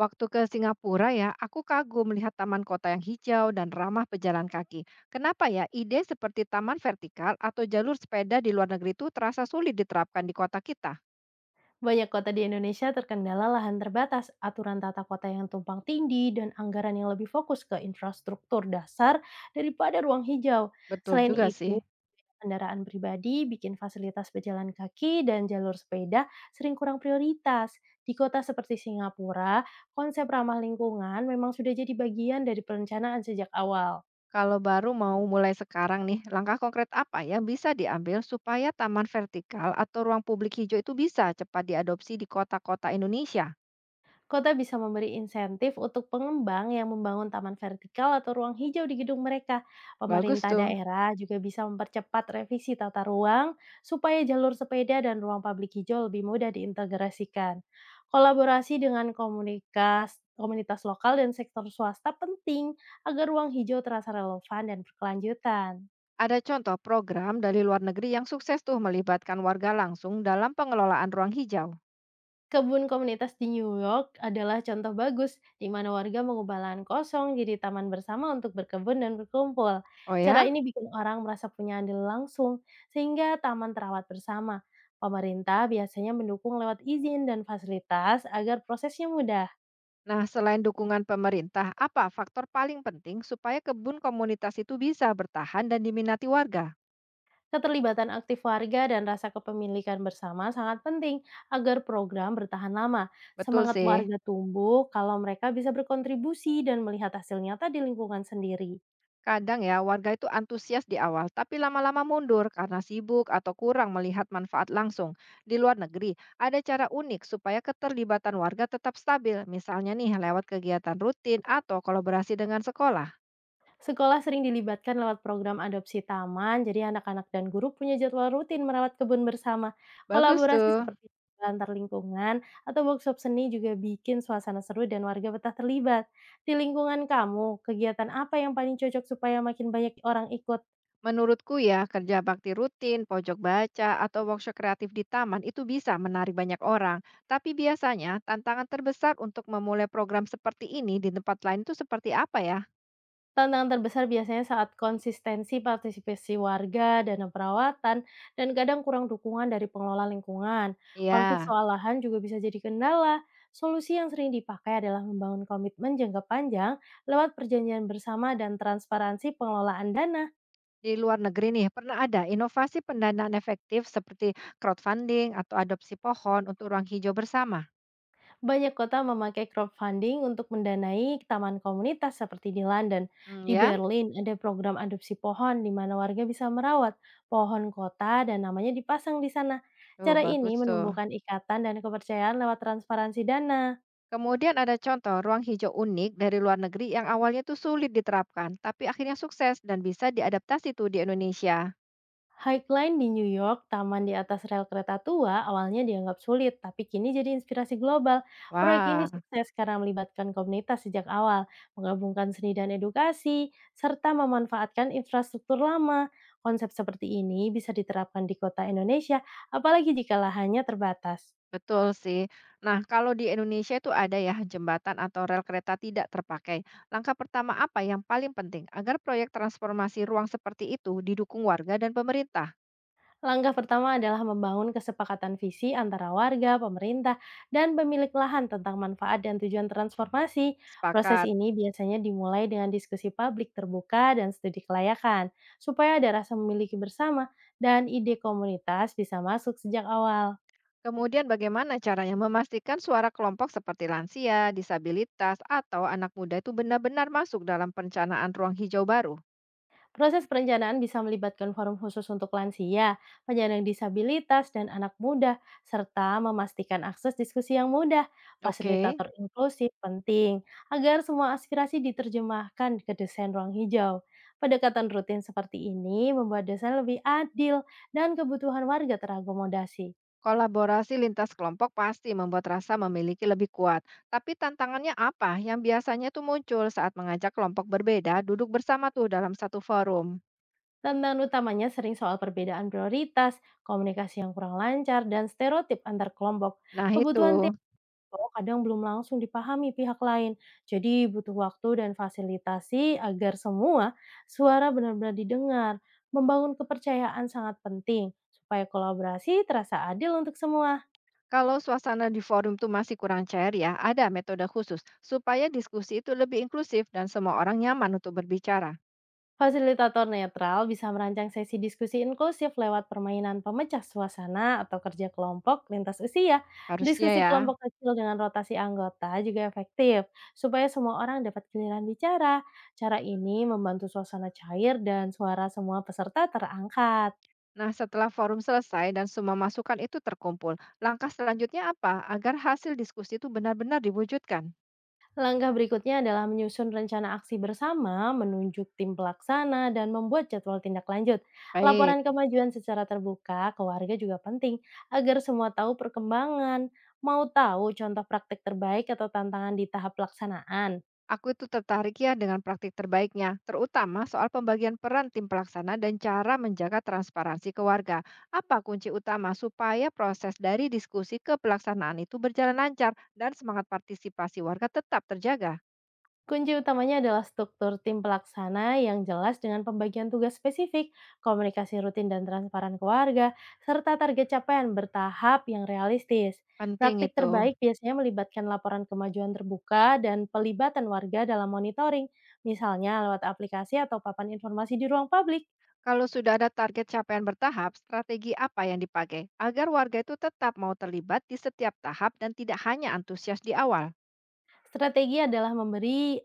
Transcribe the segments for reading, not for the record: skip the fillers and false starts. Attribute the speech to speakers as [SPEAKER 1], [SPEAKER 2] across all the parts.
[SPEAKER 1] Waktu ke Singapura ya, aku kagum melihat taman kota yang hijau dan ramah pejalan kaki. Kenapa ya ide seperti taman vertikal atau jalur sepeda di luar negeri itu terasa sulit diterapkan di kota kita?
[SPEAKER 2] Banyak kota di Indonesia terkendala lahan terbatas, aturan tata kota yang tumpang tindih, dan anggaran yang lebih fokus ke infrastruktur dasar daripada ruang hijau.
[SPEAKER 1] Betul
[SPEAKER 2] Selain
[SPEAKER 1] juga sih.
[SPEAKER 2] itu, kendaraan pribadi bikin fasilitas pejalan kaki dan jalur sepeda sering kurang prioritas. Di kota seperti Singapura, konsep ramah lingkungan memang sudah jadi bagian dari perencanaan sejak awal.
[SPEAKER 1] Kalau baru mau mulai sekarang nih, langkah konkret apa yang bisa diambil supaya taman vertikal atau ruang publik hijau itu bisa cepat diadopsi di kota-kota Indonesia?
[SPEAKER 2] Kota bisa memberi insentif untuk pengembang yang membangun taman vertikal atau ruang hijau di gedung mereka.
[SPEAKER 1] Bagus
[SPEAKER 2] Pemerintah
[SPEAKER 1] tuh.
[SPEAKER 2] daerah juga bisa mempercepat revisi tata ruang supaya jalur sepeda dan ruang publik hijau lebih mudah diintegrasikan. Kolaborasi dengan komunitas lokal dan sektor swasta penting agar ruang hijau terasa relevan dan berkelanjutan.
[SPEAKER 1] Ada contoh program dari luar negeri yang sukses tuh melibatkan warga langsung dalam pengelolaan ruang hijau.
[SPEAKER 2] Kebun komunitas di New York adalah contoh bagus di mana warga mengubah lahan kosong jadi taman bersama untuk berkebun dan berkumpul.
[SPEAKER 1] Oh
[SPEAKER 2] Cara
[SPEAKER 1] ya?
[SPEAKER 2] ini bikin orang merasa punya andil langsung sehingga taman terawat bersama. Pemerintah biasanya mendukung lewat izin dan fasilitas agar prosesnya mudah.
[SPEAKER 1] Nah, selain dukungan pemerintah, apa faktor paling penting supaya kebun komunitas itu bisa bertahan dan diminati warga?
[SPEAKER 2] Keterlibatan aktif warga dan rasa kepemilikan bersama sangat penting agar program bertahan lama.
[SPEAKER 1] Betul
[SPEAKER 2] Semangat
[SPEAKER 1] sih.
[SPEAKER 2] warga tumbuh kalau mereka bisa berkontribusi dan melihat hasil nyata di lingkungan sendiri.
[SPEAKER 1] Kadang ya, warga itu antusias di awal, tapi lama-lama mundur karena sibuk atau kurang melihat manfaat langsung. Di luar negeri, ada cara unik supaya keterlibatan warga tetap stabil, misalnya nih lewat kegiatan rutin atau kolaborasi dengan sekolah.
[SPEAKER 2] Sekolah sering dilibatkan lewat program adopsi taman, jadi anak-anak dan guru punya jadwal rutin merawat kebun bersama.
[SPEAKER 1] Bagus
[SPEAKER 2] Kolaborasi
[SPEAKER 1] tuh.
[SPEAKER 2] seperti antar lingkungan atau workshop seni juga bikin suasana seru dan warga betah terlibat. Di lingkungan kamu, kegiatan apa yang paling cocok supaya makin banyak orang ikut?
[SPEAKER 1] Menurutku ya, kerja bakti rutin, pojok baca, atau workshop kreatif di taman itu bisa menarik banyak orang. Tapi biasanya tantangan terbesar untuk memulai program seperti ini di tempat lain itu seperti apa ya?
[SPEAKER 2] Tantangan terbesar biasanya saat konsistensi partisipasi warga, dana perawatan, dan kadang kurang dukungan dari pengelola lingkungan. Konflik
[SPEAKER 1] Iya,
[SPEAKER 2] soal lahan juga bisa jadi kendala. Solusi yang sering dipakai adalah membangun komitmen jangka panjang lewat perjanjian bersama dan transparansi pengelolaan dana.
[SPEAKER 1] di luar negeri nih pernah ada inovasi pendanaan efektif seperti crowdfunding atau adopsi pohon untuk ruang hijau bersama.
[SPEAKER 2] Banyak kota memakai crowdfunding untuk mendanai taman komunitas seperti di London.
[SPEAKER 1] Hmm,
[SPEAKER 2] Di
[SPEAKER 1] ya,
[SPEAKER 2] Berlin ada program adopsi pohon di mana warga bisa merawat pohon kota dan namanya dipasang di sana.
[SPEAKER 1] tuh
[SPEAKER 2] Cara
[SPEAKER 1] bagus
[SPEAKER 2] ini
[SPEAKER 1] tuh.
[SPEAKER 2] menumbuhkan ikatan dan kepercayaan lewat transparansi dana.
[SPEAKER 1] Kemudian ada contoh ruang hijau unik dari luar negeri yang awalnya tuh sulit diterapkan, tapi akhirnya sukses dan bisa diadaptasi tuh di Indonesia.
[SPEAKER 2] Highline di New York, taman di atas rel kereta tua, awalnya dianggap sulit, tapi kini jadi inspirasi global. Proyek ini
[SPEAKER 1] Wah,
[SPEAKER 2] sukses karena melibatkan komunitas sejak awal, menggabungkan seni dan edukasi, serta memanfaatkan infrastruktur lama. Konsep seperti ini bisa diterapkan di kota Indonesia, apalagi jika lahannya terbatas.
[SPEAKER 1] betul sih. Nah, kalau di Indonesia itu ada ya jembatan atau rel kereta tidak terpakai. Langkah pertama apa yang paling penting agar proyek transformasi ruang seperti itu didukung warga dan pemerintah?
[SPEAKER 2] Langkah pertama adalah membangun kesepakatan visi antara warga, pemerintah, dan pemilik lahan tentang manfaat dan tujuan transformasi. Proses
[SPEAKER 1] Sepakat.
[SPEAKER 2] ini biasanya dimulai dengan diskusi publik terbuka dan studi kelayakan, supaya ada rasa memiliki bersama dan ide komunitas bisa masuk sejak awal.
[SPEAKER 1] Kemudian bagaimana caranya memastikan suara kelompok seperti lansia, disabilitas, atau anak muda itu benar-benar masuk dalam perencanaan ruang hijau baru?
[SPEAKER 2] Proses perencanaan bisa melibatkan forum khusus untuk lansia, penyandang disabilitas, dan anak muda, serta memastikan akses diskusi yang mudah.
[SPEAKER 1] Oke.
[SPEAKER 2] Fasilitator inklusif penting agar semua aspirasi diterjemahkan ke desain ruang hijau. Pendekatan rutin seperti ini membuat desain lebih adil dan kebutuhan warga terakomodasi.
[SPEAKER 1] Kolaborasi lintas kelompok pasti membuat rasa memiliki lebih kuat. Tapi tantangannya apa yang biasanya tuh muncul saat mengajak kelompok berbeda duduk bersama tuh dalam satu forum?
[SPEAKER 2] Tantangan utamanya sering soal perbedaan prioritas, komunikasi yang kurang lancar, dan stereotip antar kelompok.
[SPEAKER 1] Nah itu,
[SPEAKER 2] Kebutuhan Oh, kadang belum langsung dipahami pihak lain. Jadi butuh waktu dan fasilitasi agar semua suara benar-benar didengar. Membangun kepercayaan sangat penting supaya kolaborasi terasa adil untuk semua.
[SPEAKER 1] kalau suasana di forum tuh masih kurang cair ya, ada metode khusus supaya diskusi itu lebih inklusif dan semua orang nyaman untuk berbicara.
[SPEAKER 2] Fasilitator netral bisa merancang sesi diskusi inklusif lewat permainan pemecah suasana atau kerja kelompok lintas usia.
[SPEAKER 1] Harusnya
[SPEAKER 2] Diskusi
[SPEAKER 1] ya.
[SPEAKER 2] kelompok kecil dengan rotasi anggota juga efektif, supaya semua orang dapat giliran bicara. Cara ini membantu suasana cair dan suara semua peserta terangkat.
[SPEAKER 1] Nah setelah forum selesai dan semua masukan itu terkumpul, langkah selanjutnya apa agar hasil diskusi itu benar-benar diwujudkan?
[SPEAKER 2] Langkah berikutnya adalah menyusun rencana aksi bersama, menunjuk tim pelaksana, dan membuat jadwal tindak lanjut.
[SPEAKER 1] Baik.
[SPEAKER 2] Laporan kemajuan secara terbuka ke warga juga penting agar semua tahu perkembangan. Mau tahu contoh praktik terbaik atau tantangan di tahap pelaksanaan?
[SPEAKER 1] Aku itu tertarik ya dengan praktik terbaiknya, terutama soal pembagian peran tim pelaksana dan cara menjaga transparansi ke warga. Apa kunci utama supaya proses dari diskusi ke pelaksanaan itu berjalan lancar dan semangat partisipasi warga tetap terjaga?
[SPEAKER 2] Kunci utamanya adalah struktur tim pelaksana yang jelas dengan pembagian tugas spesifik, komunikasi rutin dan transparan ke warga, serta target capaian bertahap yang realistis.
[SPEAKER 1] Penting
[SPEAKER 2] Praktik
[SPEAKER 1] itu.
[SPEAKER 2] terbaik biasanya melibatkan laporan kemajuan terbuka dan pelibatan warga dalam monitoring, misalnya lewat aplikasi atau papan informasi di ruang publik.
[SPEAKER 1] Kalau sudah ada target capaian bertahap, strategi apa yang dipakai agar warga itu tetap mau terlibat di setiap tahap dan tidak hanya antusias di awal?
[SPEAKER 2] Strategi adalah memberi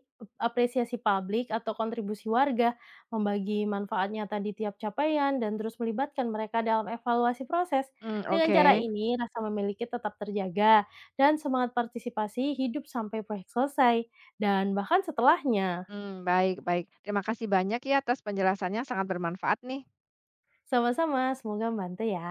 [SPEAKER 2] apresiasi publik atau kontribusi warga, membagi manfaat nyata di tiap capaian, dan terus melibatkan mereka dalam evaluasi proses.
[SPEAKER 1] Hmm,
[SPEAKER 2] Dengan
[SPEAKER 1] oke.
[SPEAKER 2] cara ini, rasa memiliki tetap terjaga, dan semangat partisipasi hidup sampai proyek selesai, dan bahkan setelahnya.
[SPEAKER 1] Hmm, baik, baik. Terima kasih banyak ya atas penjelasannya, sangat bermanfaat nih.
[SPEAKER 2] Sama-sama, semoga membantu ya.